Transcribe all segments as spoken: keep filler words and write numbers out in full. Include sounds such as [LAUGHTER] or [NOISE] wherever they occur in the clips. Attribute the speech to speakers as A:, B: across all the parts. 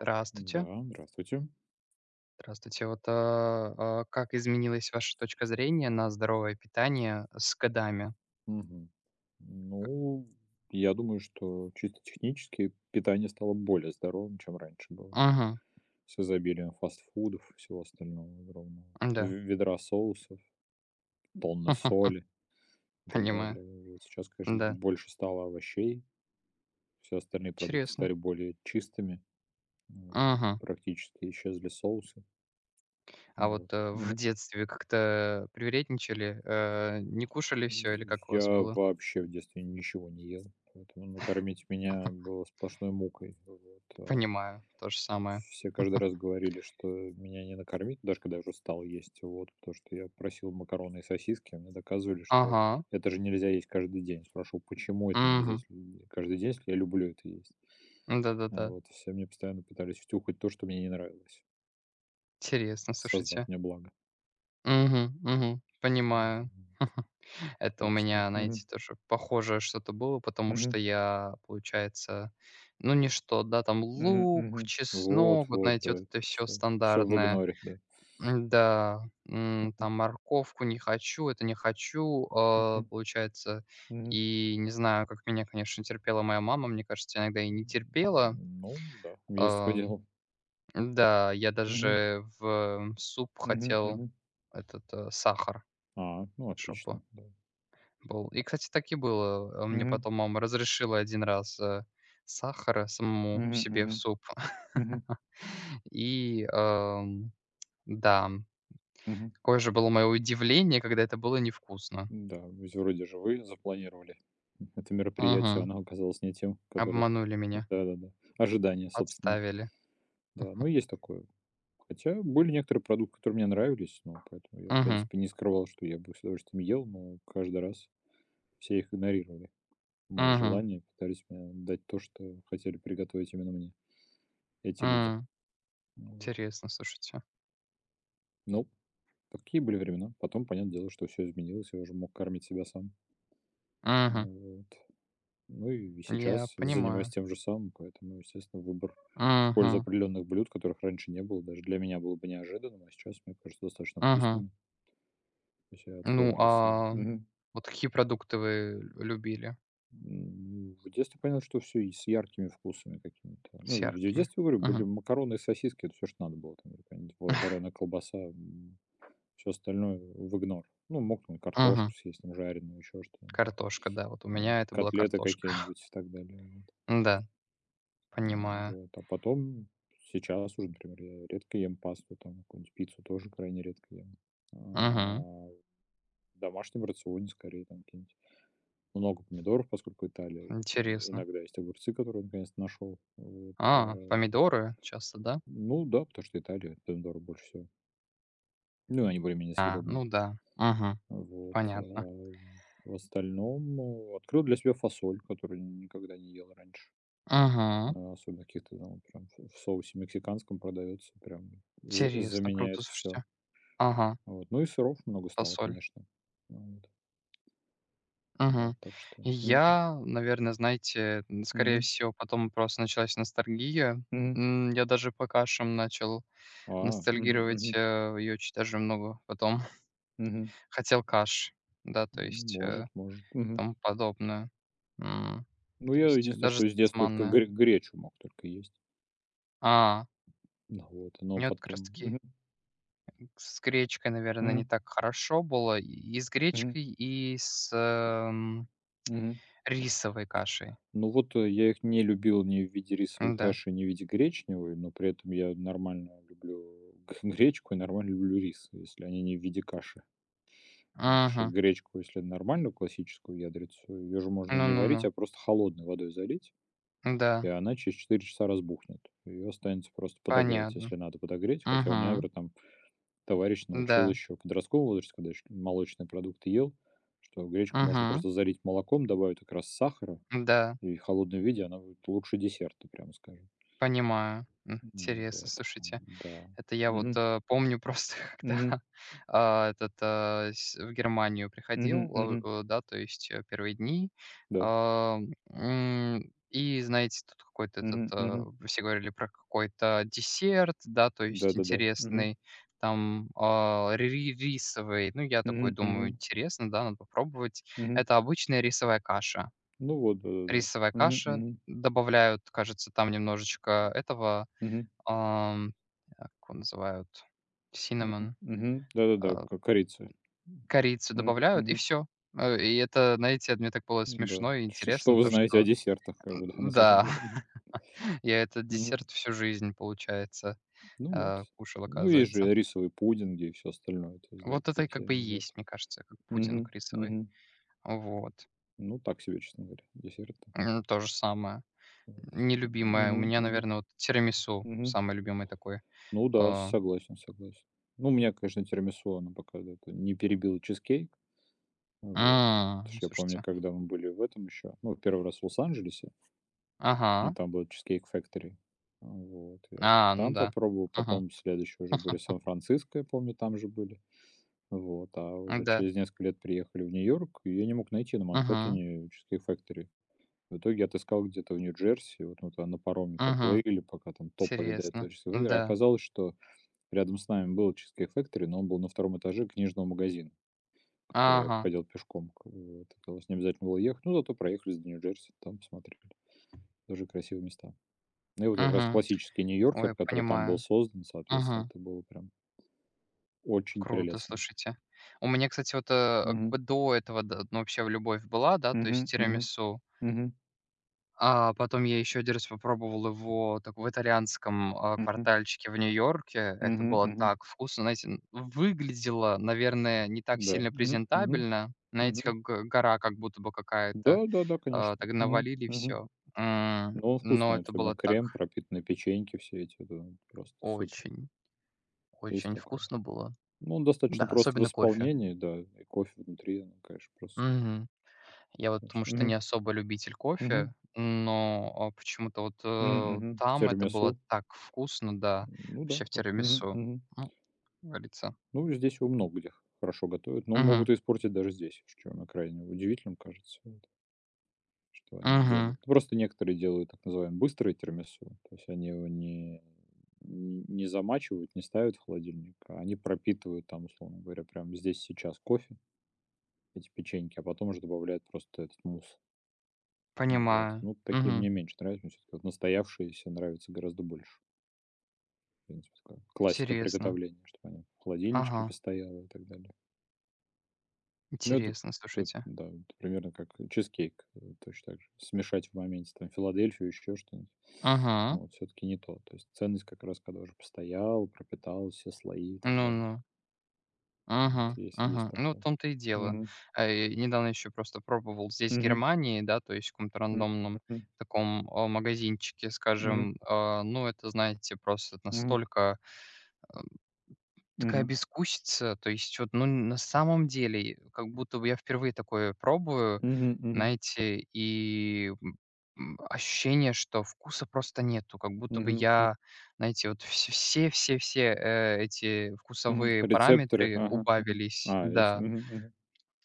A: Здравствуйте.
B: Да, здравствуйте.
A: Здравствуйте. Вот, э, э, как изменилась ваша точка зрения на здоровое питание с годами?
B: Мгм.
A: Как
B: Ну, я думаю, что чисто технически питание стало более здоровым, чем раньше было. С изобилием фастфудов, всего остального огромного. В-
A: Да.
B: Ведра соусов, тонны
A: [LAUGHS]
B: соли и так
A: Понимаю.
B: далее. Вот сейчас, конечно, б-
A: Да.
B: больше стало овощей. Все остальные продукты
A: Интересно.
B: стали более чистыми. Ну, вот.
A: Мгм.
B: Практически исчезли соусы.
A: А
B: Ну,
A: вот, э, в
B: вот.
A: детстве как-то привередничали, э, не кушали все или
B: М,
A: как у вас
B: я
A: было?
B: вообще в детстве ничего не ел, поэтому накормить меня было сплошной мукой. Вот, а
A: Понимаю. То же самое.
B: все каждый раз
A: [LAUGHS]
B: говорили, что меня не накормить, даже когда я уже стал есть, вот, потому что я просил макароны и сосиски, а мне доказывали, что
A: Ага.
B: это же нельзя есть каждый день. Спрашивал, почему это нельзя
A: Мгм.
B: есть лю- каждый день, если я люблю это есть. А
A: Да-да-да.
B: вот, все мне постоянно пытались втюхать то, что мне не нравилось,
A: Интересно,
B: создав
A: слушайте.
B: мне благо.
A: Мгм, мгм. Понимаю.
B: Мгм.
A: Это у
B: Так что...
A: меня,
B: Мгм,
A: знаете, тоже похожее что-то было, потому
B: мгм.
A: что я, получается, ну, не что, да, там
B: Мгм,
A: лук,
B: мгм. Вот,
A: чеснок, вот,
B: вот,
A: знаете, вот
B: да.
A: это все
B: все все в
A: стандартное.
B: игноре, да.
A: М-да, м, там морковку не хочу, это не хочу, а,
B: Мгм,
A: получается.
B: мгм.
A: И не знаю, как меня, конечно, терпела моя мама, мне кажется, иногда и не терпела.
B: Ну да, есть такое
A: Ам,
B: дело.
A: да, я
B: Мгм,
A: даже в суп
B: мгм,
A: хотел
B: мгм.
A: этот, э, сахар,
B: А, ну
A: чтобы
B: отлично, да.
A: был. И, кстати, так и было. А, мне
B: Мгм,
A: потом мама разрешила один раз, э, сахара самому
B: мгм,
A: себе в
B: мгм,
A: суп.
B: мгм,
A: [LAUGHS] И, эм, да,
B: мгм.
A: какое же было мое удивление, когда это было невкусно.
B: Да, ведь вроде же вы запланировали это мероприятие,
A: Мгм.
B: оно оказалось не тем, которое.
A: Обманули меня,
B: Да-да-да. Ожидания собственные.
A: подставили.
B: Да, ну есть такое. Хотя были некоторые продукты, которые мне нравились, ну, поэтому я, в
A: Мгм,
B: принципе, не скрывал, что я бы с удовольствием ел, но каждый раз. Все их игнорировали, мои
A: мгм,
B: желания, пытались мне дать то, что хотели приготовить именно мне эти люди.
A: м.
B: Вот.
A: Интересно, слушайте.
B: Ну, такие были времена. Потом, понятное дело, что все изменилось, я уже мог кормить себя сам.
A: Мгм.
B: Вот. Ну и
A: Я
B: сейчас занимаюсь
A: понимаю.
B: тем же самым, поэтому, естественно, выбор в пользу
A: Мгм,
B: определенных блюд, которых раньше не было, даже для меня было бы неожиданным, а сейчас мне кажется достаточно
A: мгм.
B: вкусными. То есть я открыл
A: Ну,
B: для себя.
A: а
B: Мгм.
A: вот какие продукты вы любили
B: М, в детстве понятно, что все и с яркими вкусами какими-то. Ну,
A: с
B: в
A: яркими?
B: детстве, говорю, были
A: Мгм.
B: макароны и сосиски- это все что надо было. Там или какая-нибудь
A: [LAUGHS]
B: ва колбаса, все остальное в игнор. Ну, мог там картошку
A: Мгм.
B: съесть, там жареную, еще что-нибудь,
A: Картошка, да, вот у
B: э,
A: меня это была
B: котлеты
A: картошка. [LAUGHS]
B: какие-нибудь и так далее, вот.
A: Да,
B: А,
A: понимаю.
B: вот, а потом сейчас уже, например, я редко ем пасту, там какую-нибудь пиццу тоже крайне редко ем. А,
A: Мгм.
B: в домашнем рационе скорее там какие-нибудь. Много помидоров, поскольку Италия. э,
A: Интересно.
B: Иногда есть огурцы, которые наконец-то нашел. Вот,
A: А,
B: а,
A: помидоры часто, да?
B: ну да, потому что Италия, помидоры больше всего. Ну, они более-менее
A: А,
B: съедобные.
A: ну да. Мгм.
B: Вот. а,
A: Понятно.
B: В остальном э, открыл для себя фасоль, которую никогда не ел раньше.
A: Мгм.
B: А, особенно в каких-то там прям в в соусе мексиканском продается, прям за-
A: Интересно, круто,
B: заменяет все.
A: слушайте. Ага,
B: Вот. Ну и сыров много стало,
A: фасоль.
B: конечно. Вот. Да,
A: Мгм.
B: так что. Мгм.
A: Я, наверное, знаете, н- скорее
B: Мгм.
A: всего, потом просто началась ностальгия.
B: Мгм.
A: М, Я даже по кашам начал
B: А, мгм,
A: ностальгировать.
B: мгм,
A: Ее и очень даже много потом [LAUGHS]
B: мгм.
A: хотел каш. Да, то
B: Ну,
A: есть, э,
B: может, может. Мгм.
A: Тому подобное. М.
B: Ну,
A: То
B: я
A: есть
B: единственное,
A: даже
B: что из
A: с
B: детства только
A: манной.
B: гре гречу мог только есть.
A: А,
B: Ну вот, но
A: Мне вот как раз
B: потом.
A: таки
B: Мгм.
A: с гречкой, наверное,
B: Мгм.
A: не так хорошо было. И и с
B: Мгм.
A: гречкой, и с, эм,
B: Мгм.
A: рисовой кашей.
B: Ну вот, э, я их не любил ни в виде рисовой
A: Да.
B: каши, ни в виде гречневой, но при этом я нормально люблю г [LAUGHS] гречку и нормально люблю рис, если они не в виде каши. Ну, потому что
A: Мгм.
B: гречку, если нормальную классическую ядрицу, ее же можно не
A: Ну-ну-ну.
B: варить, а просто холодной водой залить,
A: Да,
B: и она через четыре часа разбухнет. Ее останется просто подогреть,
A: понятно.
B: если надо подогреть. Хотя у меня,
A: Мгм.
B: например, там товарищ научил
A: Да.
B: еще подросткового возраста, когда еще молочные продукты ел, что гречку можно
A: Мгм.
B: просто залить молоком, добавить как раз сахара,
A: Да,
B: и в холодном виде она будет лучше десерта, прямо скажем.
A: понимаю. М,
B: М,
A: интересно,
B: вот,
A: слушайте.
B: да.
A: Это я вот,
B: Мгм.
A: э, помню просто,
B: Мгм.
A: [LAUGHS] когда, а, этот, а, с в Германию
B: Мгм.
A: приходил, а,
B: Мгм.
A: э, да, то есть, э, первые дни.
B: Да.
A: А, м, и, знаете, тут какой-то этот,
B: Мгм.
A: э,
B: Мгм.
A: все говорили про какой-то десерт, да, то есть
B: Да-да-да. Мгм.
A: интересный, там, а, ри рисовый. Ну, я такой
B: Мгм.
A: думаю:
B: Мгм.
A: "Интересно, да, надо попробовать".
B: Мгм.
A: Это обычная рисовая каша.
B: Ну вот, да-да-да.
A: Рисовая
B: Мгм.
A: каша,
B: Мгм.
A: добавляют, кажется, там немножечко этого,
B: Мгм.
A: ам, а, как его называют,
B: Мгм.
A: cinnamon,
B: Мгм. Да-да-да,
A: а,
B: к корица.
A: корицу
B: Мгм.
A: добавляют, и
B: Мгм.
A: все и это, знаете, мне так было
B: Да.
A: смешно и
B: Ш что
A: интересно,
B: вы
A: то
B: знаете о
A: что,
B: десертах, как бы, да,
A: м,
B: назовем,
A: да,
B: да.
A: [LAUGHS] я этот
B: Мгм.
A: десерт всю жизнь, получается,
B: Ну вот.
A: э, кушал,
B: Ну, есть
A: оказывается.
B: же рисовые пудинги и все остальное. То есть, да,
A: Вот это и как
B: такие
A: бы и
B: вот.
A: есть, мне кажется, как
B: Мгм,
A: пудинг рисовый.
B: мгм.
A: Вот.
B: Ну, так себе, честно говоря, десерты.
A: М, то же самое.
B: Вот.
A: Нелюбимое у
B: Мгм,
A: меня,
B: мгм,
A: наверное, вот тирамису
B: мгм.
A: самый любимый такой.
B: Ну да,
A: А,
B: согласен, согласен. Ну, у меня, конечно, тирамису, оно пока да это не перебило чизкейк. Вот.
A: м,
B: Потому что я помню,
A: Слушайте.
B: когда мы были в этом еще, ну, первый раз в Лос-Анджелесе, и
A: Ага.
B: там был Cheesecake Factory. Вот, я
A: А, ну
B: там
A: да.
B: попробовал,
A: Мгм.
B: потом следующий уже были
A: [LAUGHS]
B: Сан-Франциско, я помню, там же были. Вот, а уже
A: Да.
B: через несколько лет приехали в Нью-Йорк, и я не мог найти на
A: Угу.
B: Манхэттене Cheesecake Factory. В итоге отыскал где-то в Нью-Джерси, вот мы туда на пароме
A: Угу.
B: поплыли, пока там топали до этого
A: Интересно.
B: Cheesecake Factory.
A: Да.
B: Оказалось, что рядом с нами был Cheesecake Factory, но он был на втором этаже книжного магазина, который я
A: Ага.
B: обходил пешком. к- Вот, оказалось, не обязательно было ехать, но зато проехались до Нью-Джерси, там посмотрели. Тоже красивые места. Ну и вот как раз
A: Угу.
B: классический
A: Ой,
B: Нью-Йоркер, который там был
A: понимаю.
B: создан, соответственно,
A: Угу.
B: это было прям очень
A: Круто,
B: прелестно.
A: слушайте. У меня, кстати, вот, э, как
B: Мгм.
A: бы до этого, да, ну, вообще в любовь была, да, то есть
B: Мгм. Мгм.
A: тирамису.
B: Мгм.
A: А потом я еще один раз попробовал его так в итальянском, а,
B: Мгм.
A: квартальчике в Нью-Йорке. Это
B: Мгм,
A: было
B: мгм.
A: так вкусно. Знаете, н выглядело, наверное, не так
B: Да.
A: сильно
B: Мгм, мгм,
A: презентабельно. Знаете,
B: мгм.
A: как г гора как будто бы какая-то,
B: Да-да-да,
A: а,
B: конечно.
A: так
B: Мгм,
A: навалили
B: мгм.
A: все. М,
B: Но он
A: но
B: вкусный,
A: это
B: особенно
A: было так.
B: крем, пропитанные печеньки все эти, да, просто супер.
A: Очень,
B: Есть
A: очень
B: такое.
A: вкусно было.
B: Ну, он
A: Да,
B: достаточно прост в
A: особенно кофе.
B: исполнении, да, и кофе внутри, ну, конечно, просто супер,
A: Мгм. Я вот потому
B: конечно.
A: что не
B: Мгм,
A: особо любитель
B: мгм,
A: кофе, но, а, почему-то вот,
B: мгм,
A: э,
B: мгм. В
A: там это было
B: тирамису.
A: так вкусно, да,
B: Ну да,
A: вообще в
B: да. Мгм,
A: тирамису.
B: мгм.
A: Ну, как говорится.
B: Ну, здесь его много где хорошо готовят, но
A: Мгм,
B: могут и испортить даже здесь, что на крайне удивительным кажется. Что они
A: мгм.
B: делают? Просто некоторые делают так называемый быстрый тирамису. То есть они его не не не замачивают, не ставят в холодильник, а они пропитывают там, условно говоря, прямо здесь сейчас кофе, эти печеньки, а потом уже добавляют просто этот мусс. Ну вот.
A: Понимаю.
B: Ну, такие
A: Мгм.
B: мне меньше нравятся. Мне всё-таки вот настоявшиеся нравятся гораздо больше. В принципе, такая классика
A: Интересно.
B: приготовления, чтобы они в
A: Ага,
B: холодильничке постояла и так далее. Ну, это
A: интересно,
B: п
A: слушайте.
B: да, это примерно как чизкейк, э, точно так же. Смешать в моменте там Филадельфию, еще что-нибудь.
A: Ага.
B: Вот, все таки не то. То есть ценность как раз, когда уже постоял, пропитал все слои и так далее.
A: Ну-ну.
B: Вот
A: Мгм,
B: есть есть
A: мгм. Ну, в
B: такое.
A: том-то и дело.
B: Мгм.
A: А, и недавно еще просто пробовал здесь, в
B: Мгм.
A: Германии, да, то есть в каком-то
B: М.
A: рандомном таком, а, магазинчике,
B: Мгм.
A: скажем. А, ну, это, знаете, просто
B: Мгм.
A: настолько, а, такая
B: Мгм.
A: безвкусица. То есть вот, ну, на самом деле, как будто бы я впервые такое пробую,
B: Мгм. Мгм. Мгм.
A: знаете, и, м, м, ощущение, что вкуса просто нету. Как будто бы
B: Мгм. М.
A: я, знаете, вот все все все, э, эти
B: Мгм.
A: вкусовые
B: Рецепторы.
A: параметры
B: Ага. Мгм.
A: убавились.
B: А, эти.
A: Да.
B: Мгм. Мгм.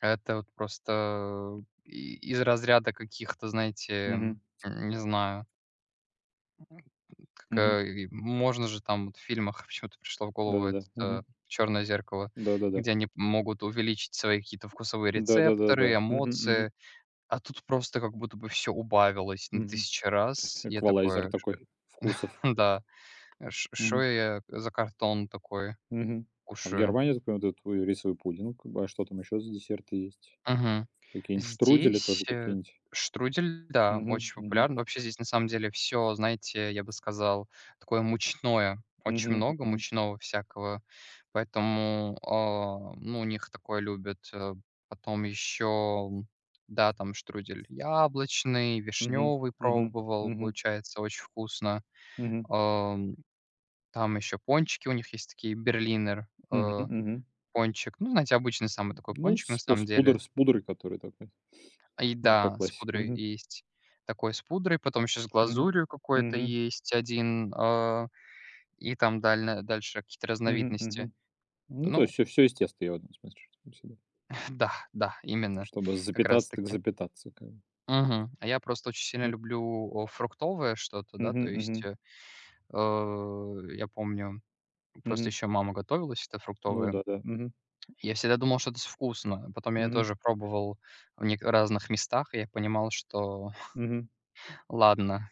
A: Это вот просто и из разряда каких-то, знаете, м,
B: Мгм.
A: не знаю, как,
B: Мгм.
A: э, и можно же там вот в фильмах [LAUGHS] почему-то пришло в голову это,
B: Да-да-да.
A: э,
B: Мгм.
A: "Черное зеркало",
B: Да-да-да.
A: где они могут увеличить свои какие-то вкусовые рецепторы,
B: Да-да-да-да. Мгм. Мгм.
A: эмоции, а тут просто как будто бы все убавилось на
B: Мгм.
A: тысячу раз. Я
B: Эквалайзер
A: такой:
B: такой вкусов.
A: [LAUGHS] "Да, что
B: Мгм,
A: я за картон такой
B: мгм. А в
A: кушаю?"
B: Германии, я так понимаю, вот этот твой рисовый пудинг, а что там еще за десерты есть?
A: Мгм.
B: Какие-нибудь штрудели
A: Здесь,
B: тоже
A: э,
B: какие-нибудь?
A: штрудель, да,
B: Мгм,
A: очень
B: мгм,
A: популярный. Вообще здесь на самом деле все, знаете, я бы сказал, такое мучное. Очень
B: мгм,
A: много
B: мгм,
A: мучного всякого. Поэтому, а, ну, у них такое любят. Э, потом еще, да, там штрудель яблочный,
B: мгм,
A: вишневый
B: мгм,
A: пробовал,
B: мгм,
A: получается очень вкусно.
B: мгм,
A: Ам, там еще пончики у них есть такие, берлинер,
B: мгм,
A: э,
B: мгм.
A: пончик. Ну, знаете, обычный самый такой
B: Ну,
A: пончик на
B: с по
A: самом
B: с
A: деле.
B: пудр с пудрой, который такой,
A: И
B: ну, по
A: да, с
B: классике.
A: пудрой
B: Мгм,
A: есть такой с пудрой, потом еще с
B: мгм,
A: глазурью какой-то
B: мгм,
A: есть один, а, и там дальна дальше какие-то
B: мгм,
A: разновидности.
B: мгм. Ну, то
A: Ну
B: есть все все из теста я в этом смысле, чтоб всегда.
A: [LAUGHS] да, да, именно,
B: Чтобы
A: как раз
B: запитаться, так
A: таки.
B: запитаться, как бы.
A: Мгм. А я просто очень сильно
B: М,
A: люблю, э, фруктовое что-то, да,
B: мгм,
A: то есть,
B: мгм,
A: э, э, я помню, просто
B: мгм.
A: еще мама готовилась это
B: Ну
A: фруктовое.
B: да, да. Мгм,
A: Я всегда думал, что это вкусно. Потом я
B: мгм,
A: тоже пробовал в нек разных местах, и я понимал, что
B: мгм,
A: [LAUGHS] ладно.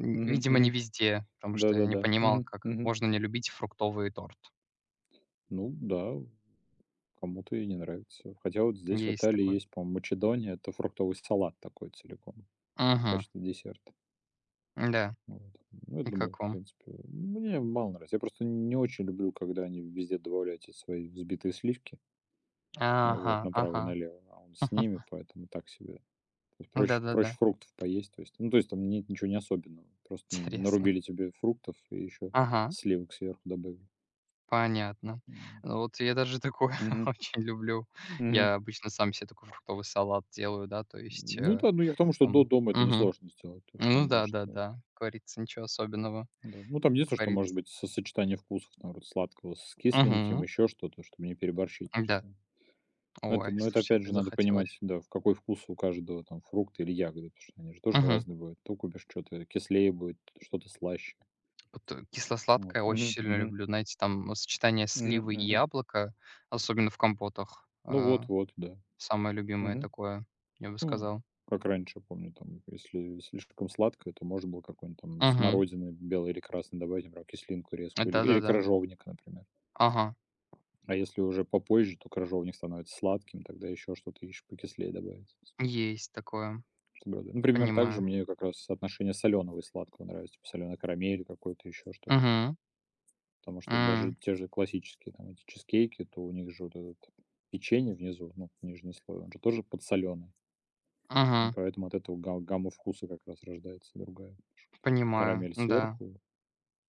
A: М,
B: мгм,
A: видимо, не
B: мгм.
A: везде, потому что я не
B: Да-да-да.
A: понимал,
B: Мгм,
A: как
B: мгм.
A: можно не любить фруктовый торт.
B: Ну да, кому-то и не нравится. Хотя вот здесь в
A: Есть
B: Италии
A: такой.
B: есть, по-моему, Македония. Это фруктовый салат такой целиком в
A: Мгм.
B: качестве десерта.
A: Да.
B: Вот. Ну, я
A: И
B: думаю,
A: как
B: в
A: вам?
B: принципе, мне мало нравится. Я просто не очень люблю, когда они везде добавляют эти свои взбитые сливки, а, вот,
A: Ага,
B: направо и
A: ага.
B: налево, а он с ними,
A: [LAUGHS]
B: поэтому так себе. То есть проще,
A: Да-да-да.
B: проще фруктов поесть, то есть, ну, то есть там нет ничего не особенного, просто
A: Интересно.
B: нарубили тебе фруктов и еще
A: Ага,
B: сливок сверху добавили.
A: понятно.
B: Вот.
A: Ну, вот я даже такое [LAUGHS]
B: Мгм.
A: очень люблю.
B: Мгм.
A: Я обычно сам себе такой фруктовый салат делаю, да, то есть,
B: Ну
A: э,
B: да, ну я к тому, что до
A: там.
B: дома это
A: Мгм.
B: несложно сделать. То есть,
A: Ну
B: понятное дело, что
A: да-да-да, как говорится, ничего особенного,
B: да. Ну, там единственное,
A: как
B: что может
A: говорится.
B: быть со сочетание вкусов, там, вот сладкого с кисленьким,
A: Мгм.
B: еще что-то, чтобы не переборщить.
A: Да.
B: Потому что ну, это,
A: Ой,
B: но это
A: слушайте,
B: опять же
A: опять
B: надо понимать,
A: захотелось.
B: да, в какой вкус у каждого там фрукты или ягоды, потому что они же тоже
A: Мгм.
B: разные будут. То купишь что-то кислее будет, что-то слаще.
A: Вот, э,
B: Вот.
A: кисло-сладкое очень
B: Мгм,
A: сильно
B: мгм,
A: люблю. Знаете, там, э, сочетание
B: мгм,
A: сливы и
B: мгм.
A: яблока, особенно в компотах,
B: Ну
A: э,
B: вот, вот, да.
A: самое любимое
B: Мгм.
A: такое, я бы
B: М.
A: сказал.
B: Как раньше, помню, там, если слишком сладкое, то можно было какой-нибудь там
A: Мгм.
B: смородины белой или красной добавить, например, кислинку резкую или, или
A: Да-да-да.
B: крыжовник, например.
A: Ага.
B: А если уже попозже, то крыжовник становится сладким, тогда еще что-то еще покислее добавить.
A: Есть такое.
B: Чтобы это- Например, также
A: Понимаю.
B: мне как раз соотношение соленого и сладкого нравится, типа соленая карамель какой-то, еще что-то.
A: Мгм.
B: Потому что вот даже
A: М.
B: те же классические там эти чизкейки, то у них же вот этот печенье внизу, ну, нижний слой, он же тоже подсоленый. И поэтому от этого га гамма вкуса как раз рождается другая. Там
A: Понимаю.
B: карамель
A: Да.
B: сверху,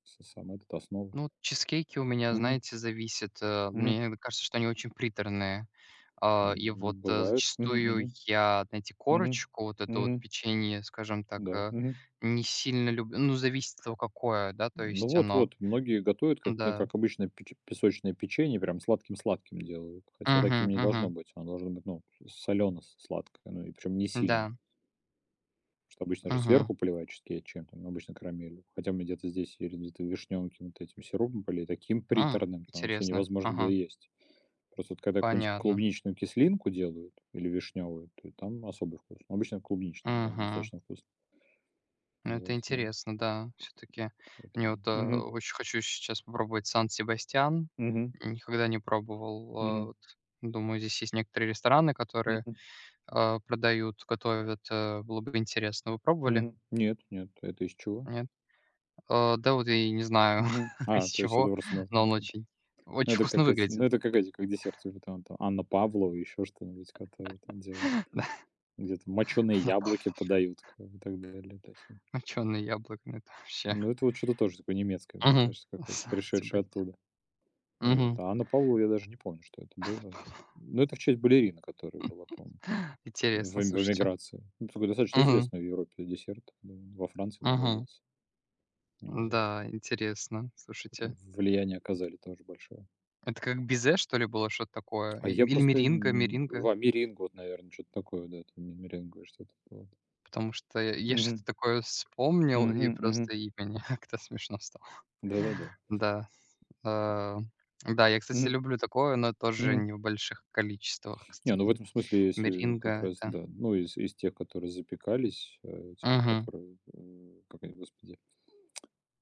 B: с сам этот, основа.
A: Ну, чизкейки у меня,
B: Мгм,
A: знаете, зависит. э,
B: мгм.
A: Мне иногда кажется, что они очень приторные. А, И вот,
B: М,
A: э,
B: бывает. Мгм,
A: зачастую
B: мгм,
A: я, знаете,
B: мгм,
A: корочку, вот это вот
B: мгм,
A: печенье, скажем так,
B: да.
A: э,
B: мгм.
A: не сильно люблю. Ну, зависит от того, какое, да, то
B: Ну
A: есть оно.
B: вот-вот, многие готовят, как п
A: Да.
B: как обычно, печ песочное печенье, прям сладким-сладким делают. Хотя
A: Угу,
B: таким не должно
A: угу.
B: быть. Оно должно быть, ну, солено-сладкое, ну и причем не сильно.
A: Да.
B: Что обычно же
A: Угу.
B: сверху поливают cheesecake чем-то, ну, обычно карамелью. Хотя мы где-то здесь или где-то вишнёнки то этим сиропом полили, таким
A: А,
B: приторным, там вообще
A: интересно.
B: невозможно было
A: Ага.
B: есть. Просто вот когда какую-нибудь
A: Понятно.
B: клубничную кислинку делают или вишневую, то там особый вкус. Но обычно клубничная, там
A: Угу.
B: достаточно вкусно.
A: Ну, это
B: Вот, да,
A: интересно, да. Все-таки мне
B: поэтому.
A: вот, э,
B: Мгм.
A: очень хочу сейчас попробовать Сан-Себастьян.
B: Мгм.
A: Никогда не пробовал. Э,
B: Мгм.
A: вот. Думаю, здесь есть некоторые рестораны, которые
B: Мгм.
A: э, продают, готовят. Э, было бы интересно. Вы пробовали?
B: Мгм. Нет, нет, это из чего?
A: Нет? Э, да вот и не знаю,
B: Мгм.
A: [LAUGHS] из
B: А, то есть это
A: чего,
B: просто на
A: но
B: ну
A: он очень,
B: ну
A: очень
B: это
A: вкусно
B: как эти ну
A: выглядит.
B: это как эти, как десерт, типа там там Анна Павлова, еще что-нибудь, которые там делают.
A: [LAUGHS]
B: Где-то моченые
A: Да,
B: яблоки подают к и так далее. То есть,
A: моченые яблоками, это вообще.
B: ну, это вот что-то тоже такое немецкое, мне
A: Мгм.
B: кажется, какое-то, пришедшее
A: Сан-Себастьян.
B: оттуда. Вот.
A: Мгм.
B: А Анна Павлова, я даже не помню, что это было. Ну, это в честь балерины, которая была, по-моему, в
A: Интересно,
B: эм в
A: слушайте.
B: эмиграции. Ну, такой достаточно
A: Мгм.
B: известный в Европе десерт. М, во Франции, наверно,
A: Мгм.
B: родился. Ну, вот.
A: Да, интересно,
B: Это
A: слушайте.
B: влияние оказали тоже большое.
A: Это как безе, что ли, было, что-то такое?
B: А
A: И
B: я
A: или
B: просто
A: меринга
B: н
A: меринга?
B: во меренге, вот, наверное, что то такое, да, это ме меренговое что-то. Вот.
A: Потому что я я что-то
B: Мгм.
A: такое вспомнил, и
B: Мгм, мгм.
A: просто и мне [LAUGHS] как-то смешно стало.
B: Да-да-да.
A: Да, э, да, я, кстати,
B: Мгм,
A: люблю такое, но тоже
B: мгм.
A: не в больших количествах.
B: Не,
A: Кстати,
B: ну в
A: м,
B: этом смысле, если как
A: меринга-
B: раз,
A: это.
B: да. Ну, из из тех, которые запекались, э, те,
A: Мгм.
B: которые, э, как они, господи,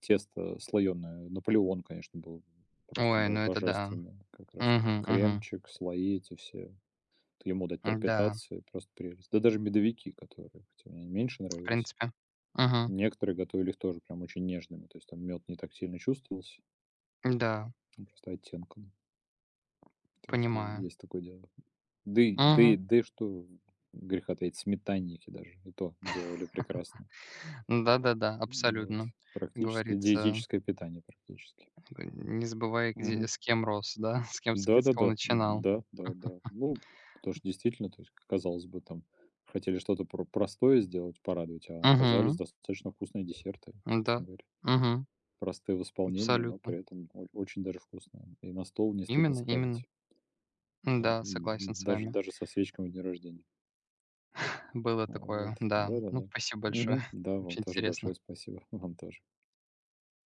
B: тесто слоёное. «Наполеон», конечно, был просто
A: Ой,
B: бо
A: ну это да.
B: божественно. Как раз к
A: Мгм, мгм.
B: кремчик, слои эти все. Вот ему дать
A: Да,
B: пропитаться- просто прелесть. Да даже медовики, которые, хотя мне они меньше
A: в
B: нравились,
A: принципе. Мгм.
B: некоторые готовили их тоже прям очень нежными. То есть там мед не так сильно чувствовался,
A: Да,
B: ну, просто оттенком. Так что
A: понимаю.
B: есть такое дело. Да и да и
A: Угу.
B: да и что греха таить, сметанники даже и то делали прекрасно.
A: Да-да-да,
B: Ну вот,
A: абсолютно. Как
B: практически
A: говорится.
B: диетическое питание практически.
A: Э, не забывай, где
B: Мгм.
A: с кем рос, да, [LAUGHS] с кем, с ке с кого
B: Да-да-да,
A: начинал.
B: да-да-да. Ну, потому что действительно, то есть, казалось бы, там хотели что-то про простое сделать, порадовать, а оказались
A: Мгм.
B: достаточно вкусные десерты,
A: Да.
B: собственно говоря.
A: Мгм.
B: Простые в исполнении, но
A: Абсолютно.
B: при этом о очень даже вкусные. И на стол не стыдно
A: Именно,
B: ставить,
A: именно.
B: а,
A: Да, согласен
B: м,
A: с
B: даже
A: вами.
B: даже со свечками в день рождения.
A: Было
B: А,
A: такое,
B: вот.
A: да. Ну,
B: Да-да-да.
A: спасибо большое.
B: Мгм.
A: [LAUGHS]
B: Да, вам
A: Очень
B: тоже большое
A: интересно.
B: спасибо. [LAUGHS] Вам тоже.